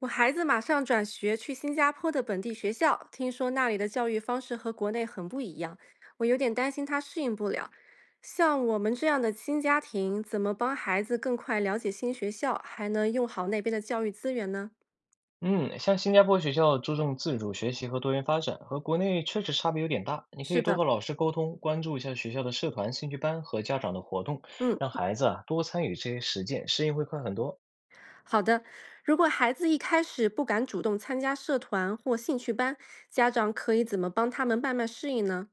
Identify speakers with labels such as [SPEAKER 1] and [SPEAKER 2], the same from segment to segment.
[SPEAKER 1] 我孩子马上转学去新加坡的本地学校，听说那里的教育方式和国内很不一样，我有点担心他适应不了。像我们这样的新家庭，怎么帮孩子更快了解新学校，还能用好那边的教育资源呢？
[SPEAKER 2] 嗯，像新加坡学校注重自主学习和多元发展，和国内确实差别有点大。你可以
[SPEAKER 1] 是
[SPEAKER 2] 多
[SPEAKER 1] 的，
[SPEAKER 2] 和老师沟通，关注一下学校的社团、兴趣班和家长的活动，
[SPEAKER 1] 嗯，
[SPEAKER 2] 让孩子啊多参与这些实践，适应会快很多。
[SPEAKER 1] 好的。如果孩子一开始不敢主动参加社团或兴趣班，家长可以怎么帮他们慢慢适应呢？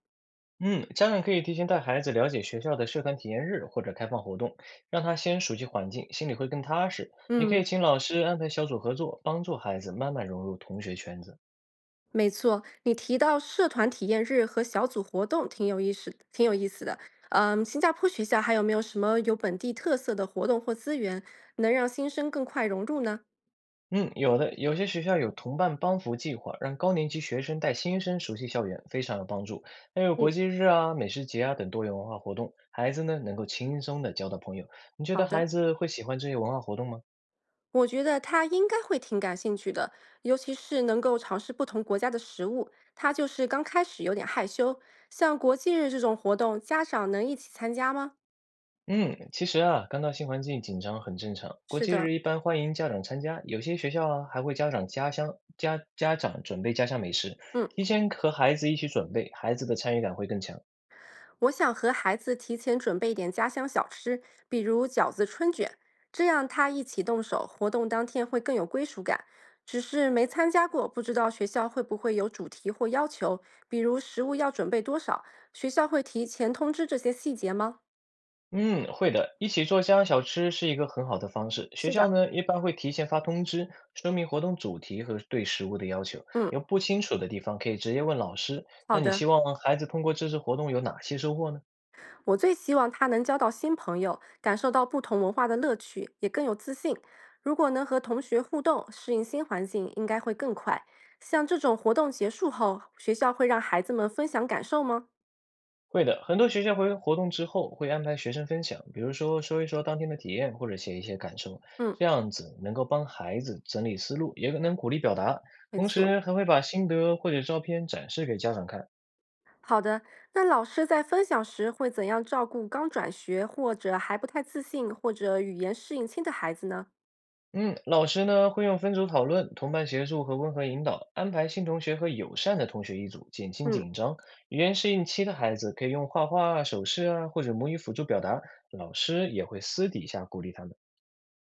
[SPEAKER 2] 嗯，家长可以提前带孩子了解学校的社团体验日或者开放活动，让他先熟悉环境，心里会更踏实。也可以
[SPEAKER 1] 嗯。
[SPEAKER 2] 请老师安排小组合作，帮助孩子慢慢融入同学圈子。
[SPEAKER 1] 没错，你提到社团体验日和小组活动挺有意思，挺有意思的。嗯，新加坡学校还有没有什么有本地特色的活动或资源，能让新生更快融入呢？
[SPEAKER 2] 嗯，有的，有些学校有同伴帮扶计划，让高年级学生带新生熟悉校园，非常有帮助。还有国
[SPEAKER 1] 嗯，
[SPEAKER 2] 际日啊、美食节啊等多元文化活动，孩子呢能够轻松的交到朋友。你觉
[SPEAKER 1] 好
[SPEAKER 2] 得
[SPEAKER 1] 的，
[SPEAKER 2] 孩子会喜欢这些文化活动吗？
[SPEAKER 1] 我觉得他应该会挺感兴趣的，尤其是能够尝试不同国家的食物。他就是刚开始有点害羞，像国际日这种活动，家长能一起参加吗？
[SPEAKER 2] 嗯，其实啊，刚到新环境紧张很正常。国
[SPEAKER 1] 是
[SPEAKER 2] 际
[SPEAKER 1] 的，
[SPEAKER 2] 日一般欢迎家长参加，有些学校啊还会家长准备家乡美食，
[SPEAKER 1] 嗯。
[SPEAKER 2] 提前和孩子一起准备，孩子的参与感会更强。
[SPEAKER 1] 我想和孩子提前准备点家乡小吃，比如饺子、春卷，这样他一起动手，活动当天会更有归属感。只是没参加过，不知道学校会不会有主题或要求，比如食物要准备多少，学校会提前通知这些细节吗？
[SPEAKER 2] 嗯，会的，一起做家乡小吃是一个很好的方式。学
[SPEAKER 1] 是
[SPEAKER 2] 校
[SPEAKER 1] 的，
[SPEAKER 2] 呢，一般会提前发通知，说明活动主题和对食物的要求。
[SPEAKER 1] 嗯，
[SPEAKER 2] 有不清楚的地方可以直接问老师。
[SPEAKER 1] 好
[SPEAKER 2] 那你
[SPEAKER 1] 的。
[SPEAKER 2] 希望孩子通过这次活动有哪些收获呢？
[SPEAKER 1] 我最希望他能交到新朋友，感受到不同文化的乐趣，也更有自信。如果能和同学互动，适应新环境，应该会更快。像这种活动结束后，学校会让孩子们分享感受吗？
[SPEAKER 2] 会的，很多学校会活动之后会安排学生分享，比如说说一说当天的体验，或者写一些感受，
[SPEAKER 1] 嗯，
[SPEAKER 2] 这样子能够帮孩子整理思路，也能鼓励表达，
[SPEAKER 1] 没
[SPEAKER 2] 同
[SPEAKER 1] 错。
[SPEAKER 2] 时还会把心得或者照片展示给家长看。
[SPEAKER 1] 好的，那老师在分享时会怎样照顾刚转学或者还不太自信或者语言适应期的孩子呢？
[SPEAKER 2] 嗯，老师呢会用分组讨论、同伴协助和温和引导，安排新同学和友善的同学一组，减轻
[SPEAKER 1] 嗯，
[SPEAKER 2] 紧张。语言适应期的孩子可以用画画啊、手势啊或者母语辅助表达，老师也会私底下鼓励他们。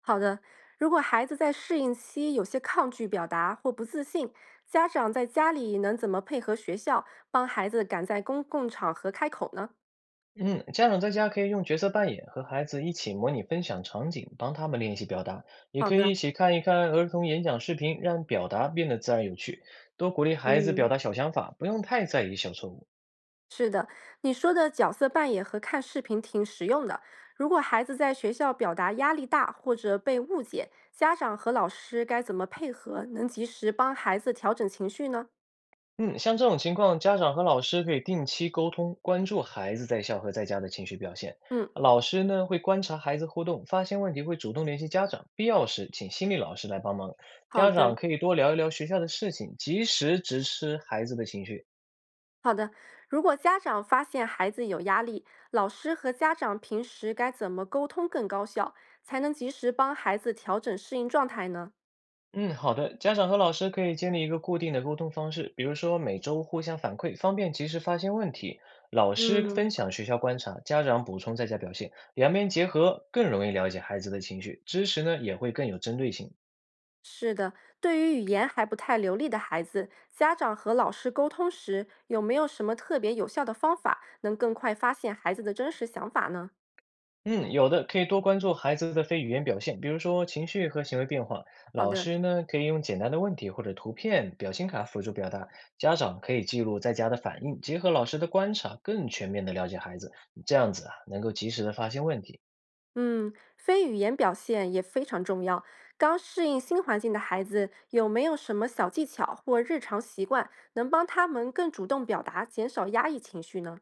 [SPEAKER 1] 好的，如果孩子在适应期有些抗拒表达或不自信，家长在家里能怎么配合学校，帮孩子敢在公共场合开口呢？
[SPEAKER 2] 嗯，家长在家可以用角色扮演和孩子一起模拟分享场景，帮他们练习表达，也
[SPEAKER 1] 好
[SPEAKER 2] 可以
[SPEAKER 1] 的，
[SPEAKER 2] 一起看一看儿童演讲视频，让表达变得自然有趣。多鼓励孩子
[SPEAKER 1] 嗯，
[SPEAKER 2] 表达小想法，不用太在意小错误。
[SPEAKER 1] 是的，你说的角色扮演和看视频挺实用的。如果孩子在学校表达压力大或者被误解，家长和老师该怎么配合，能及时帮孩子调整情绪呢？
[SPEAKER 2] 嗯，像这种情况，家长和老师可以定期沟通，关注孩子在校和在家的情绪表现。
[SPEAKER 1] 嗯，
[SPEAKER 2] 老师呢，会观察孩子互动，发现问题会主动联系家长，必要时请心理老师来帮忙。
[SPEAKER 1] 好
[SPEAKER 2] 家长
[SPEAKER 1] 的。
[SPEAKER 2] 可以多聊一聊学校的事情，及时支持孩子的情绪。
[SPEAKER 1] 好的，如果家长发现孩子有压力，老师和家长平时该怎么沟通更高效，才能及时帮孩子调整适应状态呢？
[SPEAKER 2] 嗯，好的，家长和老师可以建立一个固定的沟通方式，比如说每周互相反馈，方便及时发现问题。老师
[SPEAKER 1] 嗯，
[SPEAKER 2] 分享学校观察，家长补充在家表现，两边结合更容易了解孩子的情绪，知识呢也会更有针对性。
[SPEAKER 1] 是的，对于语言还不太流利的孩子，家长和老师沟通时，有没有什么特别有效的方法，能更快发现孩子的真实想法呢？
[SPEAKER 2] 嗯，有的可以多关注孩子的非语言表现，比如说情绪和行为变化。
[SPEAKER 1] 好
[SPEAKER 2] 老
[SPEAKER 1] 的，
[SPEAKER 2] 师呢，可以用简单的问题或者图片、表情卡辅助表达，家长可以记录在家的反应，结合老师的观察，更全面的了解孩子。这样子啊，能够及时的发现问题。
[SPEAKER 1] 嗯，非语言表现也非常重要。刚适应新环境的孩子，有没有什么小技巧或日常习惯能帮他们更主动表达，减少压抑情绪呢？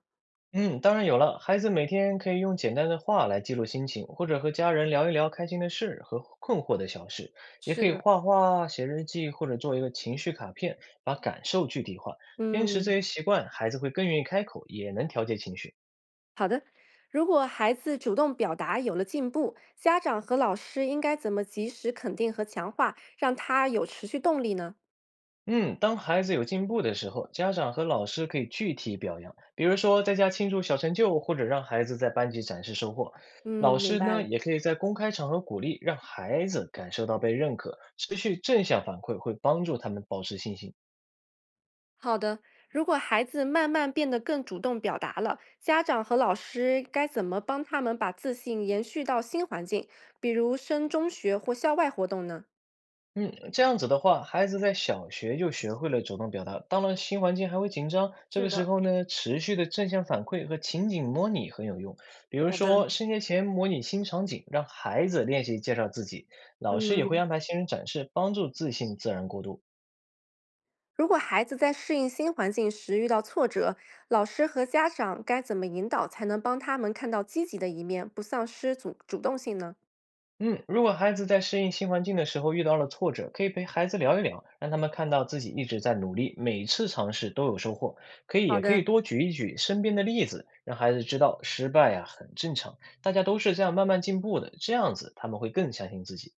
[SPEAKER 2] 嗯，当然有了。孩子每天可以用简单的话来记录心情，或者和家人聊一聊开心的事和困惑的小事，也
[SPEAKER 1] 是
[SPEAKER 2] 可以
[SPEAKER 1] 的，
[SPEAKER 2] 画画、写日记，或者做一个情绪卡片，把感受具体化。坚持这
[SPEAKER 1] 嗯，
[SPEAKER 2] 些习惯，孩子会更愿意开口，也能调节情绪。
[SPEAKER 1] 好的。如果孩子主动表达有了进步，家长和老师应该怎么及时肯定和强化，让他有持续动力呢？
[SPEAKER 2] 嗯，当孩子有进步的时候，家长和老师可以具体表扬，比如说在家庆祝小成就，或者让孩子在班级展示收获。
[SPEAKER 1] 嗯，
[SPEAKER 2] 老
[SPEAKER 1] 明
[SPEAKER 2] 师
[SPEAKER 1] 白
[SPEAKER 2] 呢，
[SPEAKER 1] 了。
[SPEAKER 2] 也可以在公开场合鼓励，让孩子感受到被认可，持续正向反馈会帮助他们保持信心。
[SPEAKER 1] 好的，如果孩子慢慢变得更主动表达了，家长和老师该怎么帮他们把自信延续到新环境，比如升中学或校外活动呢？
[SPEAKER 2] 嗯，这样子的话，孩子在小学就学会了主动表达，到了新环境还会紧张。这
[SPEAKER 1] 是
[SPEAKER 2] 个时
[SPEAKER 1] 的，
[SPEAKER 2] 候呢，持续的正向反馈和情景模拟很有用。比如
[SPEAKER 1] 好的，
[SPEAKER 2] 说，升学前模拟新场景，让孩子练习介绍自己，老师也会
[SPEAKER 1] 嗯，
[SPEAKER 2] 安排新人展示，帮助自信自然过渡。
[SPEAKER 1] 如果孩子在适应新环境时遇到挫折，老师和家长该怎么引导才能帮他们看到积极的一面，不丧失主动性呢？
[SPEAKER 2] 嗯，如果孩子在适应新环境的时候遇到了挫折，可以陪孩子聊一聊，让他们看到自己一直在努力，每次尝试都有收获。可以，
[SPEAKER 1] 好
[SPEAKER 2] 也可以
[SPEAKER 1] 的，
[SPEAKER 2] 多举一举身边的例子，让孩子知道失败呀、很正常，大家都是这样慢慢进步的。这样子他们会更相信自己。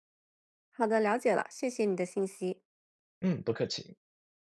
[SPEAKER 1] 好的，了解了，谢谢你的信息。
[SPEAKER 2] 嗯，不客气。